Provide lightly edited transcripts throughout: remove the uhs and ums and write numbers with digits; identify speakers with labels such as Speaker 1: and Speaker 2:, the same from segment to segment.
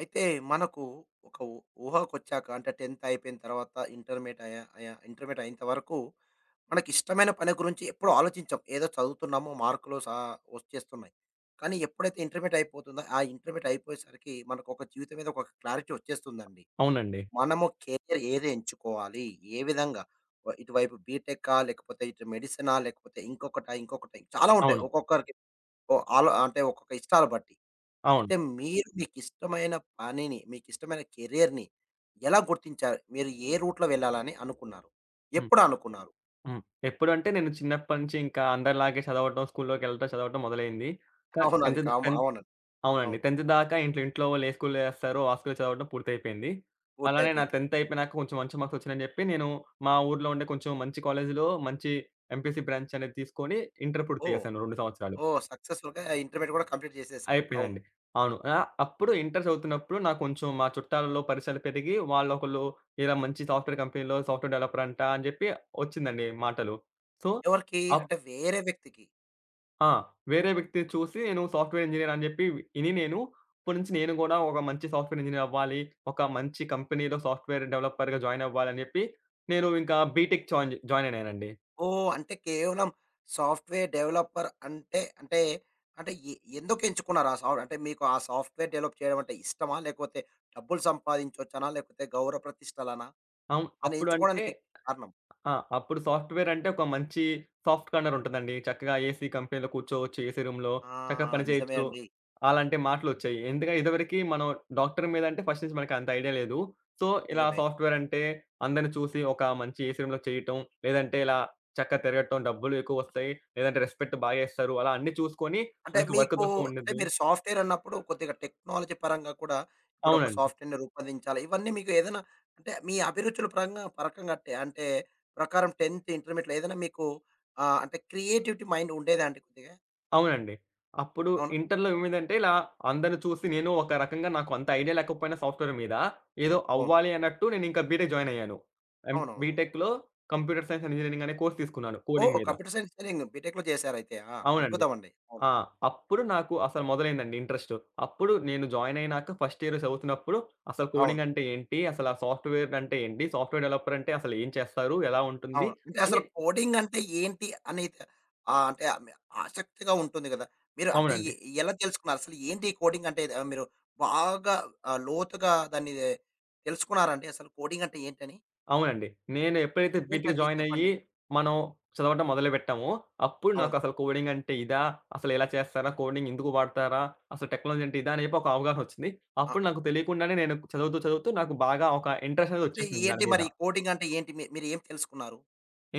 Speaker 1: అయితే మనకు ఒక ఊహకొచ్చాక అంటే 10థ్ అయిపోయిన తర్వాత ఇంటర్మీడియేట్ అయ్యా అయ్యా ఇంటర్మీడియేట్ అయ్యేంత వరకు మనకిష్టమైన పని గురించి ఎప్పుడూ ఆలోచించం. ఏదో చదువుతున్నాము, మార్కులు వచ్చేస్తున్నాయి. కానీ ఎప్పుడైతే ఇంటర్మీడియేట్ అయిపోతుందో, ఆ ఇంటర్మీడియేట్ అయిపోయేసరికి మనకొక జీవితం మీద ఒక క్లారిటీ వచ్చేస్తుందండి.
Speaker 2: అవునండి.
Speaker 1: మనము కెరియర్ ఏది ఎంచుకోవాలి? ఏ విధంగా? ఇటువైపు బీటెకా? లేకపోతే ఇటు మెడిసినా? లేకపోతే ఇంకొకటా? ఇంకొకటా? చాలా ఉంటాయి.
Speaker 2: అవును.
Speaker 1: ఒక్కొక్కరికి ఓ ఆలో అంటే ఒక్కొక్క ఇష్టాలు బట్టి.
Speaker 2: అవును.
Speaker 1: అయితే మీరు మీకిష్టమైన పనిని, మీకిష్టమైన కెరియర్‌ని ఎలా గుర్తించారు? మీరు ఏ రూట్‌లో వెళ్ళాలని అనుకున్నారు?
Speaker 2: హ్మ్.
Speaker 1: ఎప్పుడు అనుకున్నారు?
Speaker 2: హ్మ్. ఎప్పుడంటే నేను చిన్నప్పటి నుంచి ఇంకా అందరిలాగే చదవటం, స్కూల్లోకెళ్ళటం, చదవటం మొదలైంది. క
Speaker 1: అవును. అది
Speaker 2: 10థ్ దా
Speaker 1: కాము
Speaker 2: 10థ్
Speaker 1: అవును.
Speaker 2: అవునండి.
Speaker 1: అవును.
Speaker 2: 10థ్ దాకా ఇంట్లో ఇంట్లో వాళ్ళు ఏ స్కూల్‌లో ఏస్తారో ఆ స్కూల్‌లో చదవడం పూర్తయిపోయింది. అలానే నా
Speaker 1: పూర్తయిపోయింది.
Speaker 2: 10థ్ అయిపోయినాక కొంచెం మంచి మార్క్స్ వచ్చినాయని చెప్పి నేను మా ఊర్లో ఉండే కొంచెం మంచి కాలేజ్‌లో మంచి ఎంపీసీ బ్రాంచ్ అనేది తీసుకొని ఇంటర్ పూర్తి
Speaker 1: ఓహ్!
Speaker 2: చేశాను 2 సంవత్సరాలు.
Speaker 1: ఓహ్! సక్సెస్‌ఫుల్‌గా ఇంటర్మీడియేట్ కూడా కంప్లీట్ చేసేసారు. అవును.
Speaker 2: అయిపోయిందండి. అవును. అప్పుడు ఇంటర్ చదువుతున్నప్పుడు నాకు కొంచెం మా చుట్టాలలో పరిచయాలు పెరిగి వాళ్ళొకళ్ళు ఇలా మంచి సాఫ్ట్‌వేర్ కంపెనీలో సాఫ్ట్‌వేర్ డెవలపర్ అంట అని చెప్పి వచ్చిందండి మాటలు. సో,
Speaker 1: ఎవరికి?
Speaker 2: అప్
Speaker 1: అంటే వేరే వ్యక్తికి.
Speaker 2: ఆ! వేరే వ్యక్తిని చూసి నేను సాఫ్ట్‌వేర్ ఇంజినీర్ అని చెప్పి నేను ఇప్పటి నుంచి నేను గూడా ఒక మంచి సాఫ్ట్‌వేర్ ఇంజినీర్ అవ్వాలి. ఒక మంచి కంపెనీలో సాఫ్ట్‌వేర్ డెవలపర్‌గా జాయిన్ అవ్వాలి అని చెప్పి నేను ఇంకా బీటెక్ జాయిన్ అయ్యానండి.
Speaker 1: ఓహ్! అంటే కేవలం సాఫ్ట్‌వేర్ డెవలపర్ అంటే అంటే అంటే ఎందుకు ఎంచుకున్నారు? ఆ సాఫ్ట్ అంటే మీకు ఆ సాఫ్ట్‌వేర్ డెవలప్ చేయడం అంటే ఇష్టమా? లేకపోతే డబ్బులు సంపాదించొచ్చనా? లేకపోతే గౌరవ ప్రతిష్టలనా?
Speaker 2: అవును.
Speaker 1: దాన్ని
Speaker 2: అప్పుడు అంటే
Speaker 1: ఎంచుకోవడానికి కారణం?
Speaker 2: ఆ! అప్పుడు సాఫ్ట్‌వేర్ అంటే ఒక మంచి సాఫ్ట్ కార్నర్ ఉంటదండి. చక్కగా ఏసీ కంపెనీలో కూర్చోవచ్చు. ఏసీ రూమ్‌లో
Speaker 1: ఆ!
Speaker 2: చక్కగా పని
Speaker 1: నిజమే
Speaker 2: చేయొచ్చు.
Speaker 1: అండి.
Speaker 2: అలాంటి మాటలొచ్చాయి. ఎందుకంటే ఇదివరకి మనం డాక్టర్ మీద అంటే ఫస్ట్ నుంచి మనకు అంత ఐడియా లేదు. సో, ఇలా
Speaker 1: నిజమే.
Speaker 2: సాఫ్ట్‌వేర్ అంటే అందరిని చూసి ఒక మంచి ఏసీ రూమ్‌లో చేయటం, లేదంటే ఇలా చక్కగా తిరగటం, డబ్బులు ఎక్కువొస్తాయి, లేదంటే రెస్పెక్ట్ బాగా ఇస్తారు. అలా అన్నీ చూసుకొని
Speaker 1: అంటే
Speaker 2: మనకి వర్క్
Speaker 1: మీకు
Speaker 2: తక్కువ
Speaker 1: అంటే
Speaker 2: ఉండిద్ది.
Speaker 1: మీరు సాఫ్ట్‌వేర్ అన్నప్పుడు కొద్దిగా టెక్నాలజీ పరంగా కూడా ఇప్పుడు ఒక
Speaker 2: అవునండి.
Speaker 1: సాఫ్ట్‌వేర్‌ని రూపొందించాలి. ఇవన్నీ మీకు ఏదైనా అంటే మీ అభిరుచుల పరంగా పరకంగా అంటే అంటే ప్రకారం 10థ్, ఇంటర్మీడియేట్‌లో ఏదైనా మీకు ఆహ్, అంటే క్రియేటివిటీ మైండ్ ఉండేదా అండి కొద్దిగా?
Speaker 2: అవునండి. అప్పుడు
Speaker 1: అవునా?
Speaker 2: ఇంటర్‌లో ఏమైందంటే ఇలా అందరిని చూసి నేను ఒక రకంగా నాకు అంత ఐడియా లేకపోయినా సాఫ్ట్‌వేర్ మీద, ఏదో
Speaker 1: అవును.
Speaker 2: అవ్వాలి అన్నట్టు నేనింకా బీటెక్ జాయిన్ అయ్యాను. అండ్
Speaker 1: అవునవును.
Speaker 2: బీటెక్‌లో కంప్యూటర్ సైన్స్ అండ్ ఇంజినీరింగ్ అనే కోర్స్ తీసుకున్నాను
Speaker 1: ఓహ్!
Speaker 2: కోడింగ్ మీద.
Speaker 1: కంప్యూటర్ సైన్స్ ఇంజినీరింగ్ బీటెక్‌లో చేశారైతే. ఆ!
Speaker 2: అవునండి.
Speaker 1: అద్భుతం అండి. అవును.
Speaker 2: ఆ! అప్పుడు నాకు అసలు మొదలైందండి ఇంట్రెస్ట్. అప్పుడు నేను జాయిన్ అయినాక ఫస్ట్ ఇయర్ చదువుతున్నప్పుడు అసలు
Speaker 1: అవును.
Speaker 2: కోడింగ్ అంటే ఏంటి? అసలు ఆ సాఫ్ట్‌వేర్ అంటే ఏంటి? సాఫ్ట్‌వేర్ డెవలపర్ అంటే అసలు ఏం చేస్తారు? ఎలా ఉంటుంది?
Speaker 1: అవును. అంటే
Speaker 2: అని
Speaker 1: అసలు కోడింగ్ అంటే ఏంటి అనేది ఆహ్, అంటే ఆమె ఆసక్తిగా ఉంటుంది గదా! మీరు అంటే
Speaker 2: అవునండి.
Speaker 1: ఎలా తెలుసుకున్నారు? అసలు ఏంటి ఈ కోడింగ్ అంటే ఆహ్, మీరు బాగా ఆహ్, లోతుగా దాన్ని తెలుసుకున్నారండి అసలు కోడింగ్ అంటే ఏంటని?
Speaker 2: అవునండి. నేను ఎప్పుడైతే బీటెక్
Speaker 1: ఏంటది
Speaker 2: జాయిన్ అయ్యి,
Speaker 1: చెప్పండి?
Speaker 2: మనం చదవటం మొదలుపెట్టామో, అప్పుడు
Speaker 1: అవును.
Speaker 2: నాకసలు కోడింగ్ అంటే ఇదా? అసలు ఇలా చేస్తారా? కోడింగ్ ఇందుకు వాడతారా? అసలు టెక్నాలజీ అంటే ఇదా? అని చెప్పి ఒక అవగాహన వచ్చింది.
Speaker 1: ఆ!
Speaker 2: అప్పుడు నాకు తెలియకుండానే నేను చదువుతూ, చదువుతూ నాకు బాగా ఒక ఇంట్రెస్ట్ అనేది
Speaker 1: అంటే
Speaker 2: వచ్చేసింది
Speaker 1: ఏంటి
Speaker 2: దాని మీద.
Speaker 1: మరి కోడింగ్ అంటే ఏంటి? మీరు ఏం తెలుసుకున్నారు?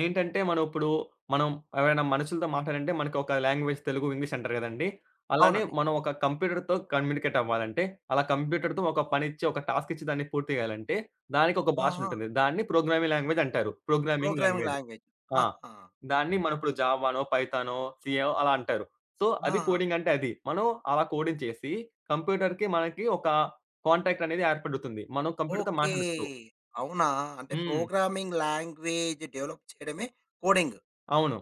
Speaker 2: ఏంటంటే, మనం ఇప్పుడు మనం ఎవరైనా మనుషులతో మాట్లాడాలంటే మనకి ఒక లాంగ్వేజ్ తెలుగు, ఇంగ్లీష్ అంటారు కదండీ! అలానే
Speaker 1: అవునండి.
Speaker 2: మనం ఒక కంప్యూటర్‌తో కమ్యూనికేట్ అవ్వాలంటే, అలా కంప్యూటర్‌తో ఒక పనిచ్చి, ఒక టాస్క్ ఇచ్చి దాన్ని పూర్తి చేయాలంటే, దానికి ఒక భాష
Speaker 1: ఆహా!
Speaker 2: ఉంటుంది. దాన్ని ప్రోగ్రామింగ్ లాంగ్వేజ్ అంటారు. Programming
Speaker 1: programming
Speaker 2: language.
Speaker 1: లాంగ్వేజ్.
Speaker 2: ఆ!
Speaker 1: ఆహా!
Speaker 2: దాన్ని మనమిప్పుడు జావానో, పైథానో, సీఏఓ అలా అంటారు. సో, అది
Speaker 1: ఆహా!
Speaker 2: కోడింగ్ అంటే అది. మనం అలా కోడింగ్ చేసి కంప్యూటర్‌కి మనకి ఒక కాంటాక్ట్ అనేది ఏర్పడుతుంది. మనం కంప్యూటర్‌తో
Speaker 1: ఓకే.
Speaker 2: మాట్లాడొచ్చు.
Speaker 1: అవునా? అంటే
Speaker 2: హ్మ్.
Speaker 1: ప్రోగ్రామింగ్ లాంగ్వేజ్ డెవలప్ చేయడమే కోడింగ్.
Speaker 2: అవును.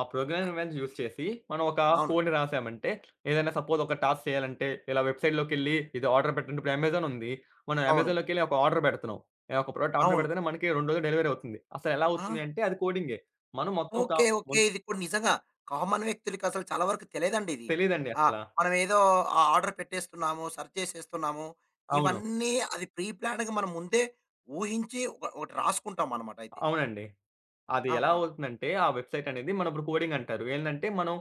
Speaker 2: ఆ
Speaker 1: అ
Speaker 2: ప్రోగ్రామింగ్ లాంగ్వేజ్ యూజ్ చేసి మనం ఒక
Speaker 1: అవునండి.
Speaker 2: కోడ్‌ని రాసామంటే ఏదైనా సపోజ్ ఒక టాస్క్ చేయాలంటే ఇలా వెబ్‌సైట్‌లోకెళ్ళి ఇది ఆర్డర్ పెట్టండి. ఇప్పుడు అమెజాన్ ఉంది. మనం
Speaker 1: అవును.
Speaker 2: అమెజాన్‌లోకెళ్ళి ఒక ఆర్డర్ పెడుతున్నాం. ఒక ప్రోడక్ట్ ఆర్డర్
Speaker 1: అవును.
Speaker 2: పెడితేనే మనకి 2 రోజుల్లో డెలివరీ అవుతుంది. అసలు ఎలా
Speaker 1: ఆ!
Speaker 2: అవుతుంది అంటే అది కోడింగే. మనం మొత్తం ఒక
Speaker 1: ఓకే.
Speaker 2: మొ
Speaker 1: ఓకే. ఇది ఇప్పుడు నిజంగా కామన్ వ్యక్తులకసలు చాలా వరకు తెలియదండి ఇది.
Speaker 2: తెలీదండి
Speaker 1: ఆ!
Speaker 2: అసల.
Speaker 1: మనమేదో ఆ ఆర్డర్ పెట్టేస్తున్నాము, సెర్చ్ చేసేస్తున్నాము.
Speaker 2: అవును.
Speaker 1: ఇవన్నీ అది ప్రీ ప్లాన్డ్‌గా మనం ముందే ఊహించి ఒక ఒకటి రాసుకుంటామనమాట అయితే.
Speaker 2: అవునండి. అది ఎలా
Speaker 1: అవునా?
Speaker 2: అవుతుందంటే, ఆ వెబ్‌సైట్ అనేది మనం ఇప్పుడు కోడింగ్ అంటారు. ఏందంటే, మనం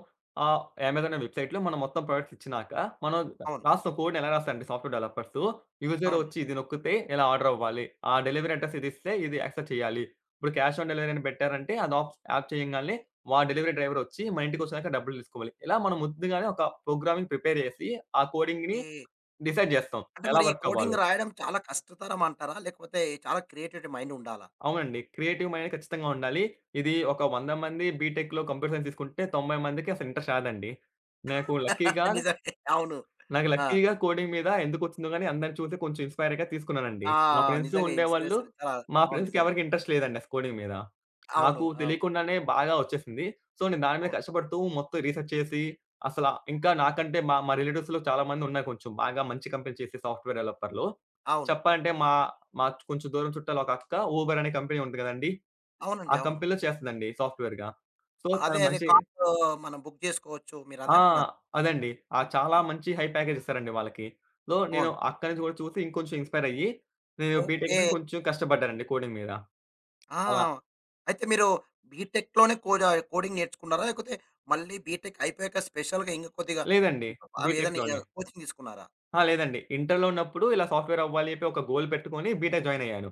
Speaker 2: ఆహ్, అమెజాన్ అనే వెబ్‌సైట్‌లో మనం మొత్తం ప్రొడక్ట్స్ ఇచ్చినాక, మనం
Speaker 1: అవును.
Speaker 2: రాస్తాం కోడ్‌ని ఎలా రాస్తారంటే సాఫ్ట్‌వేర్ డెవలపర్స్, యూజర్
Speaker 1: అవునండి.
Speaker 2: వచ్చి ఇది నొక్కితే ఇలా ఆర్డర్ అవ్వాలి. ఆ డెలివరీ అడ్రెస్ ఇది ఇస్తే ఇది యాక్సెప్ట్ చేయాలి. ఇప్పుడు క్యాష్ ఆన్ డెలివరీ అని పెట్టారంటే, అది ఆఫ్ యాప్ చేయంగాల్నే డెలివరీ డ్రైవర్ వచ్చి మన ఇంటికొచ్చినాక డబ్బులు తీసుకోవాలి. ఇలా మనం ముందుగానే ఒక ప్రోగ్రామింగ్ ప్రిపేర్ చేసి, ఆ కోడింగ్‌ని
Speaker 1: ఓకే.
Speaker 2: డిసైడ్ చేస్తాం.
Speaker 1: అంటే
Speaker 2: ఎలా
Speaker 1: మరి ఈ
Speaker 2: వర్క్
Speaker 1: కోడింగ్
Speaker 2: అవ్వాలో.
Speaker 1: రాయడం చాలా కష్టతరం అంటారా? లేకపోతే చాలా క్రియేటివిటీ మైండ్ ఉండాలా?
Speaker 2: అవునండి. క్రియేటివ్ మైండ్ ఖచ్చితంగా ఉండాలి. ఇది ఒక 100 మంది బీటెక్‌లో కంప్యూటర్ సైన్స్ తీసుకుంటే 90 మందికి అసలు ఇంట్రెస్ట్ రాదండి. నాకు లక్కీగా
Speaker 1: నిజమే. అవును.
Speaker 2: నాకు
Speaker 1: ఆ!
Speaker 2: లక్కీగా కోడింగ్ మీద ఎందుకొచ్చిందో గాని అందరిని చూసి కొంచెం ఇన్‌స్పైర్‌గా తీసుకున్నానండి.
Speaker 1: ఆ!
Speaker 2: మా ఫ్రెండ్స్
Speaker 1: నిజంగా
Speaker 2: ఉండేవాళ్ళు.
Speaker 1: ఇన్స్‌పిరేషన్ చాలా
Speaker 2: మా
Speaker 1: అవును.
Speaker 2: ఫ్రెండ్స్‌కి
Speaker 1: నిజంగా.
Speaker 2: ఎవరికీ ఇంట్రెస్ట్ లేదండి అసలు కోడింగ్ మీద.
Speaker 1: అవును.
Speaker 2: నాకు తెలియకుండానే బాగా వచ్చేసింది. సో, నేను దాని మీద
Speaker 1: అవును.
Speaker 2: కష్టపడుతూ మొత్తం రీసెర్చ్ చేసి అసలా ఇంకా నాకంటే మా మా రిలేటివ్స్‌లో చాలా మంది ఉన్నారు కొంచెం బాగా మంచి కంపెనీ చేసే సాఫ్ట్‌వేర్ డెవలపర్‌లు.
Speaker 1: అవును.
Speaker 2: చెప్పాలంటే మా మా కొంచెం దూరం చుట్టాలు ఒక అక్క ఊబర్ అనే కంపెనీ ఉంది కదండీ!
Speaker 1: అవునండి.
Speaker 2: ఆ
Speaker 1: అవును.
Speaker 2: కంపెనీలో చేస్తదండి సాఫ్ట్‌వేర్‌గా. సో,
Speaker 1: అదే.
Speaker 2: తను
Speaker 1: అదే.
Speaker 2: మంచి
Speaker 1: కార్‌లో మనం బుక్ జేసుకోవచ్చు. మీరదే
Speaker 2: ఆ!
Speaker 1: అంటున్నారు.
Speaker 2: అదండి. చాలా మంచి హై ప్యాకేజ్ ఇస్తారండి వాళ్ళకి. సో, నేను
Speaker 1: అవును.
Speaker 2: అక్కడి నుంచి కూడా చూసి ఇంకొంచెం ఇన్‌స్పైర్ అయ్యి, నేను
Speaker 1: ఓకే.
Speaker 2: బీటెక్‌లో కొంచెం కష్టపడ్డానండి కోడింగ్ మీద.
Speaker 1: ఆ!
Speaker 2: అలా
Speaker 1: అయితే మీరు బీటెక్‌లోనే కోడింగ్ నేర్చుకున్నారా? లేకపోతే మళ్ళీ బీటెక్ అయిపోయాక స్పెషల్‌గా ఇంక కొద్దిగా
Speaker 2: లేదండి.
Speaker 1: ఇంకా బాగా ఏదైనా ఇగ
Speaker 2: బీటెక్‌లోనే.
Speaker 1: కోచింగ్ తీసుకున్నారా?
Speaker 2: లేదండి. ఇంటర్‌లో ఉన్నప్పుడు ఇలా సాఫ్ట్‌వేర్ అవ్వాలి చెప్పి ఒక గోల్ పెట్టుకొని బీటెక్ జాయిన్ అయ్యాను.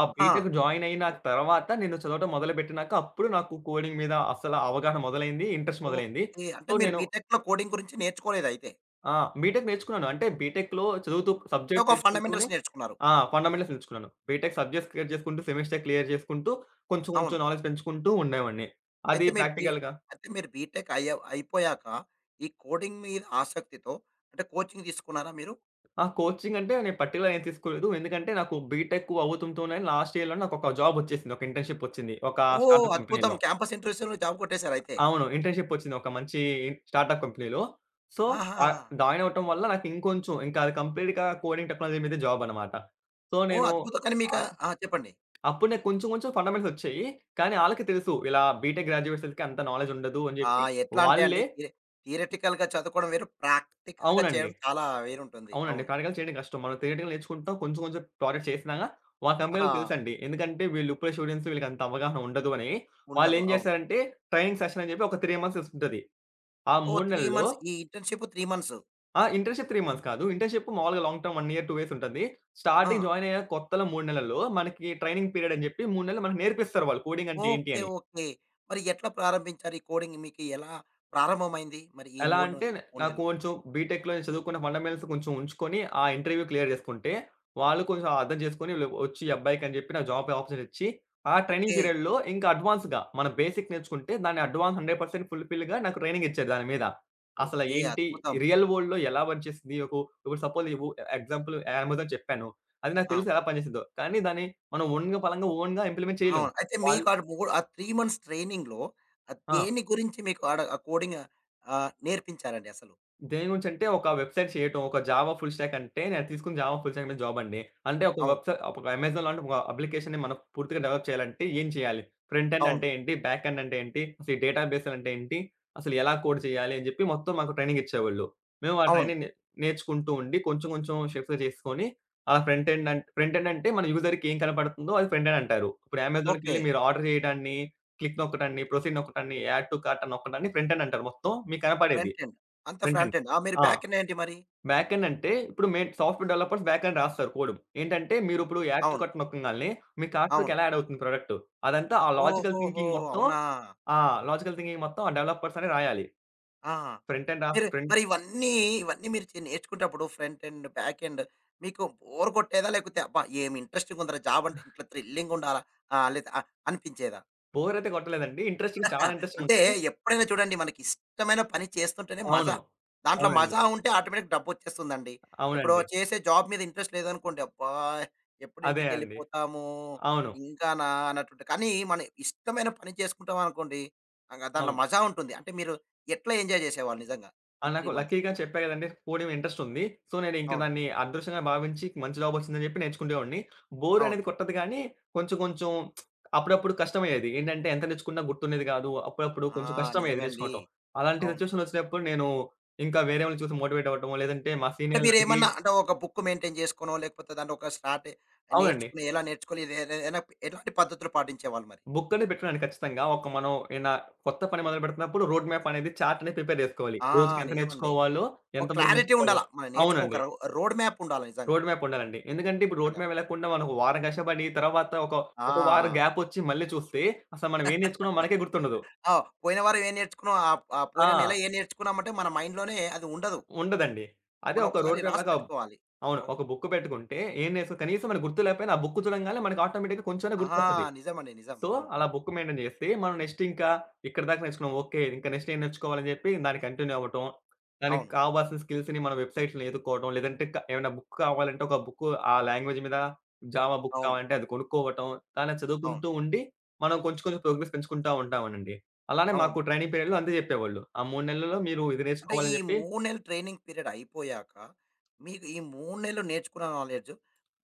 Speaker 2: ఆ
Speaker 1: ఆ!
Speaker 2: బీటెక్ జాయిన్ అయిన తర్వాత నేను చదవటం మొదలుపెట్టినాక అప్పుడు నాకు కోడింగ్ మీద అసల అవగాహన మొదలైంది. ఇంట్రెస్ట్ మొదలైంది.
Speaker 1: ఓకే. అంటే
Speaker 2: సో,
Speaker 1: మీరు
Speaker 2: నేను
Speaker 1: బీటెక్‌లో కోడింగ్ గురించి నేర్చుకోలేదయితే.
Speaker 2: ఆ! బీటెక్ నేర్చుకున్నాను. అంటే బీటెక్‌లో చదువుతూ సబ్జెక్ట్
Speaker 1: ఒక
Speaker 2: నేర్చుకుంటూనే
Speaker 1: ఫండమెంటల్స్ నేర్చుకున్నారు.
Speaker 2: ఫండమెంటల్స్ నేర్చుకున్నాను. బీటెక్ సబ్జెక్ట్స్ క్లియర్ చేసుకుంటూ, సెమిస్టర్ క్లియర్ చేసుకుంటూ, కొంచెం కొంచెం
Speaker 1: అవును.
Speaker 2: నాలెడ్జ్ పెంచుకుంటూ ఉండేవాడిని. అది
Speaker 1: అయితే మీ బీ
Speaker 2: ప్రాక్టికల్‌గా.
Speaker 1: అయితే మీరు బీటెక్ అయిపోయాక ఈ కోడింగ్ మీద ఆసక్తితో అంటే కోచింగ్ తీసుకున్నారా మీరు?
Speaker 2: కోచింగ్ అంటే నేను పర్టిక్యులర్‌గా ఏం తీసుకోలేదు. ఎందుకంటే నాకు బీటెక్ అవుతుంటూనే లాస్ట్ ఇయర్‌లో నాకు ఒక జాబ్ వచ్చేసింది. ఒక ఇంటర్న్‌షిప్ వచ్చింది. ఒక
Speaker 1: ఓహ్!
Speaker 2: స్టార్టప్
Speaker 1: అద్భుతం.
Speaker 2: కంపెనీలో.
Speaker 1: క్యాంపస్ ఇంటర్వ్యూస్‌లో జాబ్ కొట్టేసారయితే.
Speaker 2: అవును. ఇంటర్న్‌షిప్ వచ్చింది. ఒక మంచి స్టార్టప్ కంపెనీలో. సో,
Speaker 1: ఆహాహా!
Speaker 2: జాయిన్ అవ్వటం వల్ల నాకు ఇంకొంచెం ఇంకా అది కంప్లీట్‌గా కోడింగ్ టెక్నాలజీ మీదే జాబ్ అన్నమాట. సో,
Speaker 1: ఓహ్!
Speaker 2: నేను
Speaker 1: అద్భుతం. కానీ
Speaker 2: అ
Speaker 1: మీకా ఆ! చెప్పండి.
Speaker 2: అప్పుడు నాకు కొంచెం కొంచెం ఫండమెంటల్సొచ్చాయి. కానీ ఆళ్ళకి తెలుసు ఇలా బీటెక్ గ్రాడ్యుయేట్స్‌కి అంత నాలెడ్జ్ ఉండదు అని జెప్పి
Speaker 1: ఆహ్, ఎట్లా అంటే అండి
Speaker 2: వాళ్ళే
Speaker 1: థియరిటికల్‌గా చదువుకోవడం వేరు, ప్రాక్టికల్‌గా
Speaker 2: అవునండి.
Speaker 1: చేయడం చాలా వేరుంటుంది.
Speaker 2: అవునండి.
Speaker 1: అవును.
Speaker 2: ప్రాక్టికల్ చేయడం కష్టం. మనం థియరిటికల్ నేర్చుకుంటాం. కొంచెం కొంచెం ప్రాజెక్ట్ చేసినా మా కంపెనీ‌లో
Speaker 1: ఆహా!
Speaker 2: తెలుసండి. ఎందుకంటే వీళ్ళు ఇప్పుడే స్టూడెంట్స్ వీళ్ళకి అంత అవగాహన ఉండదు అని.
Speaker 1: ఉండదు.
Speaker 2: వాళ్ళేం
Speaker 1: అవును.
Speaker 2: చేశారంటే ట్రైనింగ్ సెషన్ అని చెప్పి ఒక 3 మంత్స్ ఉంటది. ఆ
Speaker 1: ఓహ్!
Speaker 2: 3
Speaker 1: 3
Speaker 2: నెలల్లో
Speaker 1: మంత్స్ ఈ ఇంటర్న్‌షిప్ 3 మంత్స్.
Speaker 2: ఆ! ఇంటర్న్‌షిప్ 3 మంత్స్ కాదు. ఇంటర్న్‌షిప్ మామూలుగా లాంగ్ టర్మ్ 1 ఇయర్, 2 ఇయర్స్ ఉంటది.
Speaker 1: ఆ!
Speaker 2: స్టార్టింగ్ జాయిన్ అయ్యాక కొత్తలో 3 నెలల్లో మనకి ట్రైనింగ్ పీరియడ్ అని జెప్పి 3 నెలలు మనకు నేర్పిస్తారు వాళ్ళు కోడింగ్ అంటే ఏంటి
Speaker 1: ఓకే.
Speaker 2: అని.
Speaker 1: ఓకే. మరి ఎట్లా ప్రారంభించారు? ఈ కోడింగ్ మీకు ఎలా ప్రారంభమైంది? మరి ఈ
Speaker 2: ఎలా
Speaker 1: 3
Speaker 2: అంటే
Speaker 1: నె 3
Speaker 2: నాకు
Speaker 1: నెలలు?
Speaker 2: కొంచెం బీటెక్‌లో నేను చదువుకున్న ఫండమెంటల్స్ కొంచెం ఉంచుకొని, ఆ ఇంటర్వ్యూ క్లియర్ చేసుకుంటే, వాళ్ళు కొంచెం అర్థం చేసుకొని వచ్చి ఈ అబ్బాయికి అని చెప్పి నాకు జాబ్ ఆపర్చునిటీ ఇచ్చి, ఆ ట్రైనింగ్
Speaker 1: ఓకే.
Speaker 2: పీరియడ్‌లో ఇంకా అడ్వాన్స్‌గా మన బేసిక్ నేర్చుకుంటే దాన్ని అడ్వాన్స్ 100% ఫుల్‌ఫిల్‌గా నాకు ట్రైనింగ్ ఇచ్చారు దాని మీద. అసలు
Speaker 1: ఓకే.
Speaker 2: ఏంటి
Speaker 1: అద్భుతం.
Speaker 2: రియల్ వరల్డ్‌లో ఎలా వర్క్ చేస్తుంది? ఒక ఇప్పుడు సపోజ్ ఇవు ఎగ్జాంపుల్ అమెజాన్ చెప్పాను. అది నాకు
Speaker 1: ఆ!
Speaker 2: తెలుసు ఎలా పనిచేసిందో. కానీ దాన్ని మనం ఓన్‌గా ఇంప్లిమెంట్ చేయలేము.
Speaker 1: అవును. అయితే
Speaker 2: వాళ్ళు
Speaker 1: మీకు ఆడ మూడు ఆ 3 మంత్స్ ట్రైనింగ్‌లో ఆహ్,
Speaker 2: ఆ!
Speaker 1: దేని గురించి మీకు ఆడ ఆ కోడింగ్ ఆహ్, నేర్పించారండి అసలు?
Speaker 2: దేని గురించంటే, ఒక వెబ్‌సైట్ చేయటం. ఒక జావా ఫుల్ స్టాక్ అంటే, నేను తీసుకున్న జావా ఫుల్ స్టాక్ మీద జాబ్ అండి. అంటే
Speaker 1: అవును.
Speaker 2: ఒక అమెజాన్ లాంటి ఒక అప్లికేషన్‌ని మనం పూర్తిగా డెవలప్ చేయాలంటే ఏం చేయాలి? ఫ్రంట్ ఎండ్
Speaker 1: అవును.
Speaker 2: అంటే ఏంటి? బ్యాక్ ఎండ్ అంటే ఏంటి? అసలు ఈ డేటాబేస్ అంటే ఏంటి? అసలు ఎలా కోడ్ చేయాలి? అని చెప్పి మొత్తం మాకు ట్రైనింగ్ ఇచ్చేవాళ్ళు. మేము ఆ
Speaker 1: అవును.
Speaker 2: ట్రైనింగ్ నే నేర్చుకుంటూ ఉండి కొంచెం కొంచెం షిఫ్ట్ చేసుకొని ఆ ఫ్రంట్ ఎండ్ అంటే మన యూజర్‌కి ఏం కనపడుతుందో అది ఫ్రంట్ ఎండ్ అంటారు. ఇప్పుడు
Speaker 1: ఓకే.
Speaker 2: అమెజాన్‌కెళ్ళి మీరు ఆర్డర్ చేయడాన్ని, క్లిక్ నొక్కడాన్ని, ప్రొసీడ్ నొక్కడాన్ని, యాడ్ టు కార్ట్ అని నొక్కడాన్ని ఫ్రంట్ ఎండ్ అంటారు మొత్తం మీకు కనపడేది.
Speaker 1: Front end. అంతా
Speaker 2: ఫ్రంట్ ఎండ్.
Speaker 1: Front end. ఆ! మీరు
Speaker 2: ఆ!
Speaker 1: బ్యాక్ ఎండ్ ఏంటి మరి?
Speaker 2: బ్యాక్ ఎండ్ అంటే ఇప్పుడు మేము సాఫ్ట్‌వేర్ డెవలపర్స్ బ్యాక్ ఎండ్ రాస్తారు కోడ్. ఏంటంటే మీరిప్పుడు యాక్టివ్
Speaker 1: అవును.
Speaker 2: కట్ నొక్కంగాల్నే మీ కార్ట్‌లోకి
Speaker 1: అవును.
Speaker 2: ఎలా యాడ్ అవుతుంది ప్రొడక్ట్. అదంతా ఆ లాజికల్
Speaker 1: ఓహోహో!
Speaker 2: థింకింగ్ మొత్తం
Speaker 1: అవునా!
Speaker 2: ఆ! లాజికల్ థింకింగ్ మొత్తం ఆ డెవలపర్స్ అనే రాయాలి.
Speaker 1: ఆ!
Speaker 2: ఫ్రంట్ ఎండ్ రాసి
Speaker 1: మీరు
Speaker 2: ఫ్రంట్
Speaker 1: మరి ఇవన్నీ, ఇవన్నీ మీరు నేర్చుకునేటప్పుడు ఫ్రంట్ ఎండ్, బ్యాక్ ఎండ్ మీకు బోర్ కొట్టేదా? లేకపోతే అబ్బా! ఏమి ఇంట్రెస్టింగ్ ఉందిరా జాబ్ అంటే ఇట్లా థ్రిల్లింగ్ ఉండాలా ఆహ్, లేదా ఆ, అనిపించేదా?
Speaker 2: బోర్ అయితే కొట్టలేదండి. ఇంట్రెస్టింగ్
Speaker 1: ఆ!
Speaker 2: చాలా ఇంట్రెస్టింగ్
Speaker 1: అంటే
Speaker 2: ఉంటుంది.
Speaker 1: ఎప్పుడైనా చూడండి మనకి ఇష్టమైన పని చేస్తుంటేనే మజా.
Speaker 2: అవును.
Speaker 1: దాంట్లో
Speaker 2: అవునండి.
Speaker 1: మజా ఉంటే ఆటోమేటిక్‌గా డబ్బొచ్చేస్తుందండి. ఇప్పుడు
Speaker 2: అవునండి.
Speaker 1: చేసే జాబ్ మీద ఇంట్రెస్ట్ లేదనుకోండి, అబ్బా! ఎప్పుడు
Speaker 2: అదే అండి.
Speaker 1: ఇంటికెళ్ళిపోతాము
Speaker 2: అవును.
Speaker 1: ఇంకానా అన్నట్టుంటది. కానీ మనం ఇష్టమైన పని చేసుకుంటాం అనుకోండి, ఇంక దాంట్లో
Speaker 2: అవును.
Speaker 1: మజా ఉంటుంది. అంటే మీరు ఎట్లా ఎంజాయ్ చేసేవాళ్ళు నిజంగా ఈ
Speaker 2: నాకు
Speaker 1: 3 మంత్స్?
Speaker 2: లక్కీగా చెప్పా గదండీ! కోడింగ్ ఇంట్రెస్ట్ ఉంది. సో, నేను ఇంక
Speaker 1: అవును.
Speaker 2: దాన్ని అదృష్టంగా భావించి మంచి జాబ్ వచ్చిందని జెప్పి నేర్చుకునేవాడిని. బోర్
Speaker 1: అవును.
Speaker 2: అనేది కొట్టదు గానీ, కొంచెం కొంచెం అప్పుడప్పుడు కష్టమయ్యేది. ఏంటంటే ఎంత నేర్చుకున్నా గుర్తుండేది గాదు. అప్పుడప్పుడు
Speaker 1: ఆ!
Speaker 2: కొంచెం కష్టమయ్యేది
Speaker 1: నిజమే అండి.
Speaker 2: నేర్చుకోవటం. అలాంటి
Speaker 1: అవును.
Speaker 2: సిట్యుయేషన్ వచ్చినప్పుడు నేను ఇంకా వేరే వాళ్ళని చూసి మోటివేట్ అవ్వటమో, లేదంటే మా
Speaker 1: అంటే
Speaker 2: సీనియర్‌లని అడిగి
Speaker 1: మీరేమన్నా అంటే ఒక బుక్ మెయింటైన్ చేసుకోనో, లేకపోతే దాంట్లో ఒక
Speaker 2: అవునండి.
Speaker 1: నేర్చుకుని ఎలా నేర్చుకోవాలి? ఇదే ఏదైనా ఎలాంటి పద్ధతులు పాటించేవాళ్ళు మరి?
Speaker 2: బుక్ అనేది పెట్టుకున్నాను ఖచ్చితంగా. ఒక మనం ఏనా కొత్త పని మొదలుపెడుతున్నప్పుడు రోడ్ మ్యాప్ అనేది చార్ట్ అనేది ప్రిపేర్ జేసుకోవాలి.
Speaker 1: ఆ!
Speaker 2: రోజుకి ఎంత
Speaker 1: నిజమండి.
Speaker 2: నేర్చుకోవాలో,
Speaker 1: ఒక
Speaker 2: ఎంత వరకు
Speaker 1: క్లారిటీ
Speaker 2: నేర్చుకోవాలో
Speaker 1: ఉండాల. మనం నేర్చుకో ఒక
Speaker 2: అవునండి.
Speaker 1: రో రోడ్ మ్యాప్ ఉండాలి నిజంగా.
Speaker 2: రోడ్ మ్యాప్ ఉండాలండి. ఎందుకంటే ఇప్పుడు రోడ్
Speaker 1: నిజంగా.
Speaker 2: మ్యాప్ వెళ్ళకుండా మనం ఒక వారం కష్టపడి తర్వాత
Speaker 1: ఆ!
Speaker 2: ఒక వారం గ్యాపొచ్చి మళ్ళీ చూస్తే అసలు మనం ఏం నేర్చుకున్నామో మనకే గుర్తుండదు.
Speaker 1: ఆ! పోయిన వారం ఏం నేర్చుకున్నాం, ఆహ్, ఆహ్,
Speaker 2: ఆ!
Speaker 1: పోయిన నెల ఏం నేర్చుకున్నామంటే మన మైండ్‌లోనే అది ఉండదు.
Speaker 2: ఉండదండి. అదే
Speaker 1: మనం
Speaker 2: ఒక
Speaker 1: ఒకసారి
Speaker 2: రోడ్ మ్యాప్
Speaker 1: రాసి
Speaker 2: లాగా
Speaker 1: పెట్టుకోవాలి.
Speaker 2: అవును.
Speaker 1: అవును.
Speaker 2: ఒక బుక్ పెట్టుకుంటే ఏం నేర్చుకో కనీసం మనకు గుర్తు లేకపోయినా ఆ బుక్ చూడంగానే మనకు ఆటోమేటిక్‌గా కొంచెమైనా
Speaker 1: ఆ!
Speaker 2: గుర్తొస్తది.
Speaker 1: నిజమండి. నిజం.
Speaker 2: సో,
Speaker 1: అవును.
Speaker 2: అలా బుక్ మెయింటైన్ చేస్తే, మనం నెక్స్ట్ ఇంకా ఇక్కడి దాకా నేర్చుకున్నాం. ఓకే. ఇంకా నెక్స్ట్ ఏం నేర్చుకోవాలని చెప్పి దాన్ని కంటిన్యూ అవ్వటం. దానికి
Speaker 1: అవును.
Speaker 2: కావాల్సిన స్కిల్స్‌ని మనం వెబ్‌సైట్స్‌లో ఎతుక్కోవడం. లేదంటే ఏమైనా బుక్ కావాలంటే ఒక బుక్ ఆ లాంగ్వేజ్ మీద జావా బుక్
Speaker 1: అవును.
Speaker 2: కావాలంటే అది కొనుక్కోవటం. అలా
Speaker 1: అవును.
Speaker 2: చదువుకుంటూ ఉండి మనం కొంచెం కొంచెం ప్రోగ్రెస్ పెంచుకుంటా ఉంటామనండి. అలానే
Speaker 1: అవును.
Speaker 2: మాకు ట్రైనింగ్ పీరియడ్‌లో అంతే చెప్పేవాళ్ళు. ఆ 3 నెలల్లో మీరు ఇది
Speaker 1: అంటే ఈ
Speaker 2: నేర్చుకోవాలని చెప్పి
Speaker 1: 3 నెలలు ట్రైనింగ్ పీరియడ్ అయిపోయాక, మీకు ఈ 3 నెలలు నేర్చుకున్న నాలెడ్జ్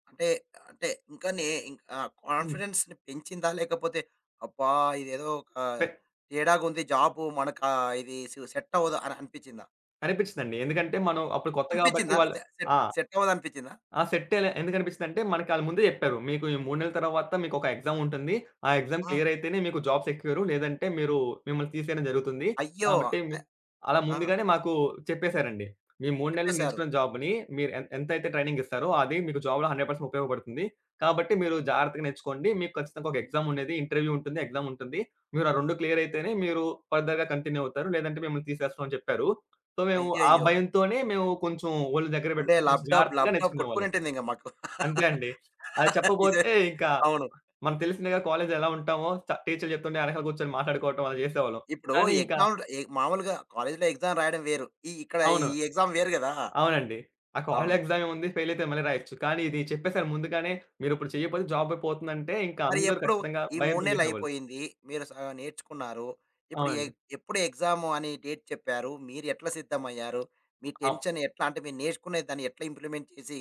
Speaker 1: అంటే, అంటే ఇంకా నే ఇంక్ ఆహ్,
Speaker 2: హ్మ్.
Speaker 1: కాన్ఫిడెన్స్‌ని పెంచిందా? లేకపోతే అబ్బా! ఇదేదో ఒక
Speaker 2: పె
Speaker 1: తేడాగుంది జాబు మనకా ఇది సు సెట్ అవ్వదు అని అనిపిచ్చిందా?
Speaker 2: అనిపించిందండి. ఎందుకంటే మనం అప్పుడు కొత్త కాబట్టి
Speaker 1: అనిపిచ్చిందా?
Speaker 2: వాళ్ళు
Speaker 1: సె సెట్
Speaker 2: ఆ!
Speaker 1: సెట్ అవ్వదు అనిపిచ్చిందా?
Speaker 2: ఆ! సెట్ ఎలా ఎందుకనిపిచ్చిందంటే, మనకి ఆళ్ళు ముందే జెప్పారు. మీకు ఈ 3 నెలల తర్వాత మీకొక ఎగ్జామ్ ఉంటుంది. ఆ ఎగ్జామ్
Speaker 1: ఆ!
Speaker 2: క్లియర్ అయితేనే మీకు జాబ్ సెక్యూరు. లేదంటే మీరు మిమ్మల్ని తీసేయడం జరుగుతుంది.
Speaker 1: అయ్యో!
Speaker 2: కాబట్టి మీ
Speaker 1: ఆహ్,
Speaker 2: అలా
Speaker 1: ఆ!
Speaker 2: ముందుగానే మాకు చెప్పేసారండి. మీ 3 నెలలు
Speaker 1: చెప్పేశారు.
Speaker 2: నేర్చుకున్న జాబ్‌ని మీరు ఎంతైతే ట్రైనింగ్ ఇస్తారో అది మీకు జాబ్‌లో 100% ఉపయోగపడుతుంది. కాబట్టి మీరు జాగ్రత్తగా నేర్చుకోండి. మీకు ఖచ్చితంగా ఒక ఎగ్జామ్ ఉండేది. ఇంటర్వ్యూ ఉంటుంది. ఎగ్జామ్ ఉంటుంది. మీరు ఆ 2 క్లియర్ అయితేనే మీరు ఫర్దర్‌గా కంటిన్యూ అవుతారు. లేదంటే మిమ్మల్ని తీసేస్తాం అని చెప్పారు. సో, మేము ఆ
Speaker 1: అయ్యయ్యో!
Speaker 2: భయంతోనే మేము కొంచెం ఒళ్ళు దగ్గర
Speaker 1: ఉండే
Speaker 2: బెట్టుకొని కొంచెం
Speaker 1: ల్యాప్‌టాప్,
Speaker 2: జాగ్రత్తగా
Speaker 1: ల్యాప్‌టాప్
Speaker 2: నేర్చుకునేవాళ్ళం.
Speaker 1: కొట్టుకొనుంటుంది ఇంగ మాకు.
Speaker 2: అంతే అండి. అది
Speaker 1: నిజమే.
Speaker 2: చెప్పబోతే ఇంకా
Speaker 1: అవును.
Speaker 2: మనకు తెలిసిందిగా కాలేజ్‌లో ఎలా ఉంటామో టీచర్లు చెప్తుంటే వెనకాల కూర్చొని మాట్లాడుకోవటం అలా చేసేవాళ్ళం.
Speaker 1: ఇప్పుడు
Speaker 2: కానీ ఇంకా
Speaker 1: ఎగ్జామ్‌లు మామూలుగా కాలేజీలో ఎగ్జామ్ రాయడం వేరు. ఈ ఇక్కడ
Speaker 2: అవును.
Speaker 1: ఈ ఎగ్జామ్ వేరు గదా!
Speaker 2: అవునండి. ఆ కాలేజ్
Speaker 1: అవును.
Speaker 2: ఎగ్జామ్ ఏముంది ఫెయిల్ అయితే మళ్ళీ రాయొచ్చు. కానీ ఇది చెప్పేసారు ముందుగానే మీరిప్పుడు చేయకపోతే జాబ్ పోతుందంటే ఇంకా
Speaker 1: మరి
Speaker 2: అందరూ
Speaker 1: ఎప్పుడు
Speaker 2: ఖచ్చితంగా
Speaker 1: ఈ 3
Speaker 2: భయంతో చేసేవాళ్ళు.
Speaker 1: నెలలయిపోయింది. మీరు నేర్చుకున్నారు. ఇప్పుడు
Speaker 2: అవునండి.
Speaker 1: ఎప్పుడు ఎగ్జాము అని డేట్ చెప్పారు. మీరు ఎట్లా సిద్ధమయ్యారు? మీ
Speaker 2: అవ్
Speaker 1: టెన్షన్ ఎట్లా అంటే మీరు నేర్చుకునే దాన్ని ఎట్లా ఇంప్లిమెంట్ చేసి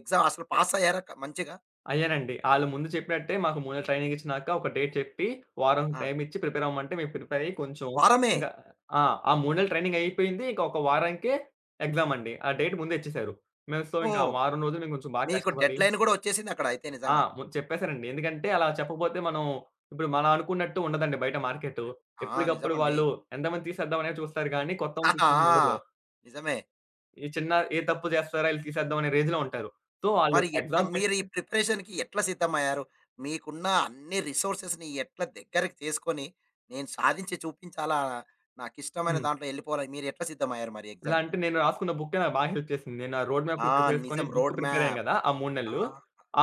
Speaker 1: ఎగ్జామ్ అసలు పాసయ్యారా మంచిగా?
Speaker 2: అయ్యానండి. ఆళ్ళు ముందు చెప్పినట్టే మాకు ముందు ట్రైనింగ్ ఇచ్చినాక ఒక డేట్ చెప్పి, వారం
Speaker 1: ఆ!
Speaker 2: టైమ్ ఇచ్చి ప్రిపేర్ అవ్వమంటే మేము ప్రిపేర్ అయ్యి కొంచెం
Speaker 1: వారమే.
Speaker 2: ఇంకా ఆ! ఆ 3 నెలలు ట్రైనింగ్ అయిపోయింది. ఇంకా ఒక వారానికే ఎగ్జామ్ అండి. ఆ డేట్ ముందే ఇచ్చేసారు. మేము సో, ఇంకా ఆ
Speaker 1: ఓహ్!
Speaker 2: వారం రోజులు మేము కొంచెం బాగా
Speaker 1: మీకు
Speaker 2: కష్టపడి
Speaker 1: డెడ్‌లైన్ గూడా వచ్చేసిందక్కడ అయితే
Speaker 2: ఆ!
Speaker 1: నిజంగా.
Speaker 2: ము చెప్పేసారండి. ఎందుకంటే అలా చెప్పకపోతే మనం ఇప్పుడు అనుకున్నట్టు ఉండదండి బయట మార్కెటు.
Speaker 1: ఆ!
Speaker 2: ఎప్పటికప్పుడు
Speaker 1: నిజమండి.
Speaker 2: వాళ్ళు ఎంతమంది తీసేద్దాం అనే చూస్తారు గానీ, కొత్తోళ్ళని తీసేయాలని ఉండదు.
Speaker 1: ఆ! నిజమే.
Speaker 2: ఈ చిన్న ఏ తప్పు చేస్తారా ఈళ్ళు తీసేద్దాం అనే రేంజ్‌లో ఉంటారు. సో, ఆళ్ళు
Speaker 1: మరి ఎట్లా
Speaker 2: ఎగ్జామ్
Speaker 1: మీరు ఈ
Speaker 2: పెడితే
Speaker 1: ప్రిపరేషన్‌కి ఎట్లా సిద్ధమయ్యారు? మీకున్న అన్ని రిసోర్సెస్‌ని ఎట్లా దగ్గరికి చేసుకొని, నేను సాధించి చూపించాలా, నాకిష్టమైన
Speaker 2: హ్మ్.
Speaker 1: దాంట్లో ఎళ్ళిపోవాలి. మీరెట్లా సిద్ధమయ్యారు మరి
Speaker 2: ఎలా
Speaker 1: ఎగ్జామ్‌కి?
Speaker 2: అంటే నేను రాసుకున్న బుక్కే నాకు బాగా హెల్ప్ చేసింది. నేను ఆ రోడ్
Speaker 1: ఆ!
Speaker 2: మ్యాప్‌ని ప్రిపేర్ చేసుకొని
Speaker 1: నిజం.
Speaker 2: బుక్
Speaker 1: రోడ్
Speaker 2: ప్రిపేర్ అయ్యాను
Speaker 1: మ్యాప్.
Speaker 2: గదా! ఆ 3
Speaker 1: ఆ!
Speaker 2: నెలలు.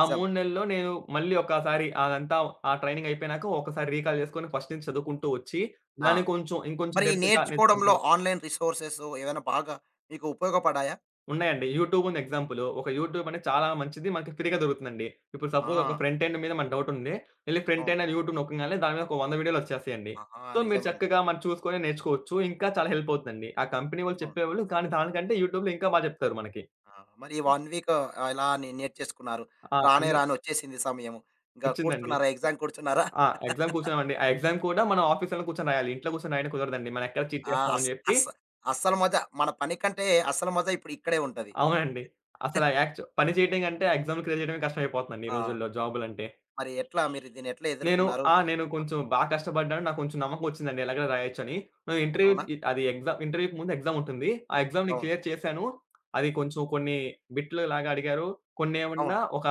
Speaker 2: ఆ 3 నెలల్లో నేను మళ్ళీ ఒకసారి అదంతా ఆ ట్రైనింగ్ అయిపోయినాక ఒకసారి రీకాల్ చేసుకొని ఫస్ట్ నుంచి చదువుకుంటూ వచ్చి
Speaker 1: ఆ!
Speaker 2: దాన్ని కొంచెం ఇంకొంచెం
Speaker 1: మరి ఈ
Speaker 2: డెప్త్‌గా
Speaker 1: నేర్చుకోవడంలో
Speaker 2: నేర్చుకుంటున్నా.
Speaker 1: ఆన్‌లైన్ రిసోర్సెస్ ఏవైనా బాగా మీకు ఉపయోగపడాయా?
Speaker 2: ఉన్నాయండి. యూట్యూబ్ ఉంది ఎగ్జాంపుల్. ఒక యూట్యూబ్ అనేది చాలా మంచిది. మనకి ఫ్రీగా దొరుకుతుందండి. ఇప్పుడు సపోజ్ ఒక
Speaker 1: ఆ!
Speaker 2: ఫ్రంట్ ఎండ్ మీద మనకు డౌట్ ఉంది. వెళ్లి ఫ్రంట్
Speaker 1: అవును.
Speaker 2: ఎండ్ అని యూట్యూబ్ నొక్కంగానే దాని మీద ఒక 100 వీడియోలు వచ్చేస్తాయండి.
Speaker 1: ఆహా!
Speaker 2: సో, మీరు
Speaker 1: నిజమండి.
Speaker 2: చక్కగా మనం చూసుకొని నేర్చుకోవచ్చు. ఇంకా చాలా హెల్ప్ అవుతుందండి. ఆ కంపెనీ వాళ్ళు
Speaker 1: అవును.
Speaker 2: చెప్పేవాళ్ళు కానీ దానికంటే యూట్యూబ్‌లో ఇంకా బాగా చెప్తారు మనకి.
Speaker 1: ఆ! మరి ఈ 1 వీక్ ఎలా నేర్చేసుకున్నారు?
Speaker 2: ఆ!
Speaker 1: రానే
Speaker 2: అన్ని
Speaker 1: రాని వచ్చేసింది సమయము. ఇంక
Speaker 2: వచ్చిందండి.
Speaker 1: కూర్చున్నారా? ఎగ్జామ్‌కి కూర్చున్నారా?
Speaker 2: ఎగ్జామ్ కూర్చున్నామండి. ఆ ఎగ్జామ్ కూడా మనం ఆఫీస్‌లోనే కూర్చొని రాయాలి. ఇంట్లో కూర్చొని రాయడం కుదరదండి. మనం ఎక్కడ చీట్
Speaker 1: ఆ! అస్
Speaker 2: చేస్తామని చెప్పి
Speaker 1: అస్ అస్సలు మజా మన పని కంటే అసలు మజా ఇప్పుడు ఇక్కడే ఉంటది.
Speaker 2: అవునండి. అసల యాక్చు పని చేయడం కంటే, ఎగ్జామ్‌లు క్లియర్ చేయడమే కష్టమైపోతుందండి ఈ
Speaker 1: ఆ!
Speaker 2: రోజుల్లో జాబులంటే.
Speaker 1: మరి ఎట్లా మీరు దీన్ని ఎట్లా
Speaker 2: నేను
Speaker 1: ఎదుర్కొన్నారు?
Speaker 2: ఆ! నేను
Speaker 1: ఆ!
Speaker 2: కొంచెం కష్టపడ్డాను. నాకు కొంచెం నమ్మకం వచ్చిందండి ఎలాగైనా రాయొచ్చని. ఆహ్, ఇంటర్వ్యూ
Speaker 1: అవునా?
Speaker 2: ఇ అది ఎగ్జామ్ ఇంటర్వ్యూకి ముందు ఎగ్జామ్ ఉంటుంది. ఆ ఎగ్జామ్‌ని
Speaker 1: అవును.
Speaker 2: క్లియర్ చేశాను. అది కొంచెం కొన్ని బిట్లు లాగా అడిగారు.
Speaker 1: అవును.
Speaker 2: కొన్నేమన్నా ఒక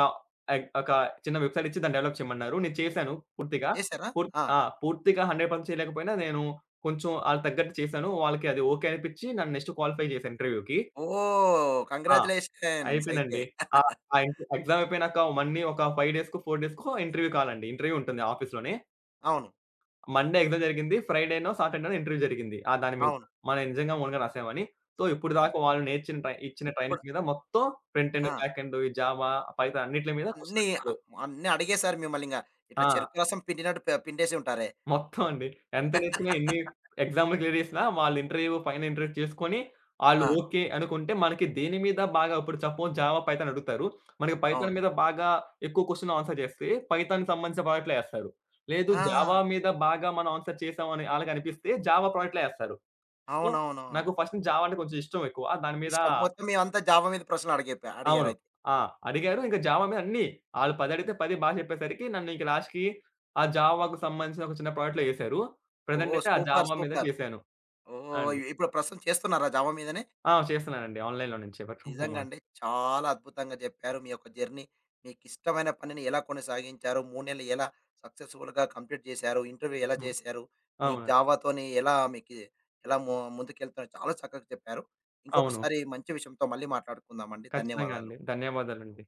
Speaker 2: ఎగ్ ఒక చిన్న వెబ్‌సైట్ ఇచ్చి దాన్ని డెవలప్ చేయమన్నారు. నేను చేశాను పూర్తిగా.
Speaker 1: చేశారా?
Speaker 2: పూర్
Speaker 1: ఆ!
Speaker 2: ఆ! పూర్తిగా 100% చేయలేకపోయినా నేను కొంచెం ఆళ్ళకి తగ్గట్టు చేశాను. వాళ్ళకి అది ఓకే అనిపిచ్చి నన్ను నెక్స్ట్ క్వాలిఫై చేశాను ఇంటర్వ్యూకి.
Speaker 1: ఓహ్!
Speaker 2: ఆ!
Speaker 1: కంగ్రాచ్యులేషన్స్ అయితే.
Speaker 2: అయిపోయిందండి. ఆ! ఆ ఇంట ఎగ్జామ్ అయిపోయినాక మళ్ళీ ఒక 5 డేస్‌కో, 4 డేస్‌కో ఇంటర్వ్యూ కాల్ అండి. ఇంటర్వ్యూ ఉంటుంది ఆఫీస్‌లోనే.
Speaker 1: అవును.
Speaker 2: మండే ఎగ్జామ్ జరిగింది. ఫ్రైడేనో, సాటర్డేనో ఇంటర్వ్యూ జరిగింది. దాని మీద.
Speaker 1: అవును.
Speaker 2: మనం నిజంగా ఓన్‌గా రాసామని. సో, ఇప్పుడు
Speaker 1: ఆ!
Speaker 2: దాకా వాళ్ళు నేర్చిన ట్రై ఇచ్చిన
Speaker 1: ఇప్పుడు
Speaker 2: ట్రైనింగ్ మీద మొత్తం ఫ్రంట్ ఎండ్,
Speaker 1: ఆ!
Speaker 2: బ్యాక్ ఎండ్, ఈ జావా, పైథాన్ అన్నిట్ల మీద క్వెషన్
Speaker 1: అన్నీ
Speaker 2: అడిగేవాళ్ళు.
Speaker 1: ఆహ్, అన్నీ అడిగేసారు మిమ్మల్నింగ.
Speaker 2: ఆ!
Speaker 1: ఇట్లా చెరుకు రసం పిండినట్టు పిండేసి ఉంటారే.
Speaker 2: మొత్తం అండి. ఎంత నేర్చుకున్నా ఎన్ని ఎగ్జామ్‌లు క్లియర్ చేసినా వాళ్ళు ఇంటర్వ్యూ, ఫైనల్ ఇంటర్వ్యూ చేసుకొని ఆళ్ళు
Speaker 1: ఆ!
Speaker 2: ఓకే అనుకుంటే మనకి దేని మీద బాగా ఇప్పుడు సపోజ్ జావా, పైథాన్ అడుగుతారు. మనకి పైథాన్
Speaker 1: అవును.
Speaker 2: మీద బాగా ఎక్కువ క్వెషన్ ఆన్సర్ చేస్తే పైథాన్‌కి సంబంధించిన ప్రాజెక్ట్‌లో ఏస్తారు. లేదు
Speaker 1: ఆ!
Speaker 2: జావా మీద బాగా మనం ఆన్సర్ చేసామని ఆళ్ళకి అనిపిస్తే జావా ప్రాజెక్ట్‌లో ఏస్తారు. సో,
Speaker 1: అవునవును.
Speaker 2: నాకు ఫస్ట్ నుంచి జావా అంటే కొంచెం ఇష్టం ఎక్కువ. దాని మీద
Speaker 1: ఇష్టం మొత్తం మేమంతా జావా మీద ప్రశ్నలు
Speaker 2: అవును.
Speaker 1: అడిగారైతే.
Speaker 2: ఆ! అడిగారు. ఇంక జావా మీద అన్నీ ఆళ్ళు 10 అడిగితే 10 చెప్పేసరికి నన్ను ఇంక లాస్ట్‌కి ఆ జావాకు సంబంధించిన ఒక చిన్న ప్రాజెక్ట్‌లో ఏశారు.
Speaker 1: ఓహ్!
Speaker 2: ప్రెజెంట్ అయితే ఆ
Speaker 1: సూపర్.
Speaker 2: జావా మీద
Speaker 1: సూపర్.
Speaker 2: చేశాను.
Speaker 1: ఓహ్!
Speaker 2: అండి.
Speaker 1: ఇప్పుడు ప్రస్తుతం చేస్తున్నారా జామ మీదనే?
Speaker 2: చేస్తున్నానండి. ఆన్‌లైన్‌లో నుంచే వర్క్ ఫ్రమ్ హోమ్.
Speaker 1: నిజంగా అండి. చాలా అద్భుతంగా చెప్పారు. మీ యొక్క జర్నీ, మీకిష్టమైన పనిని ఎలా కొనసాగించారు? 3 నెలలు ఎలా సక్సెస్‌ఫుల్‌గా కంప్లీట్ చేశారు? ఇంటర్వ్యూ ఎలా
Speaker 2: అవును.
Speaker 1: చేశారు? మీకు
Speaker 2: అవునండి.
Speaker 1: జావాతోని ఎలా మీకి ఎలా ముందుకెళ్తున్నారో చాలా చక్కగా చెప్పారు.
Speaker 2: అవును.
Speaker 1: ఇంకొకసారి మంచి విషయంతో మళ్ళీ మాట్లాడుకుందామండి.
Speaker 2: ఖచ్చితంగా
Speaker 1: ధన్యవాదాలు.
Speaker 2: అండి. ధన్యవాదాలండి.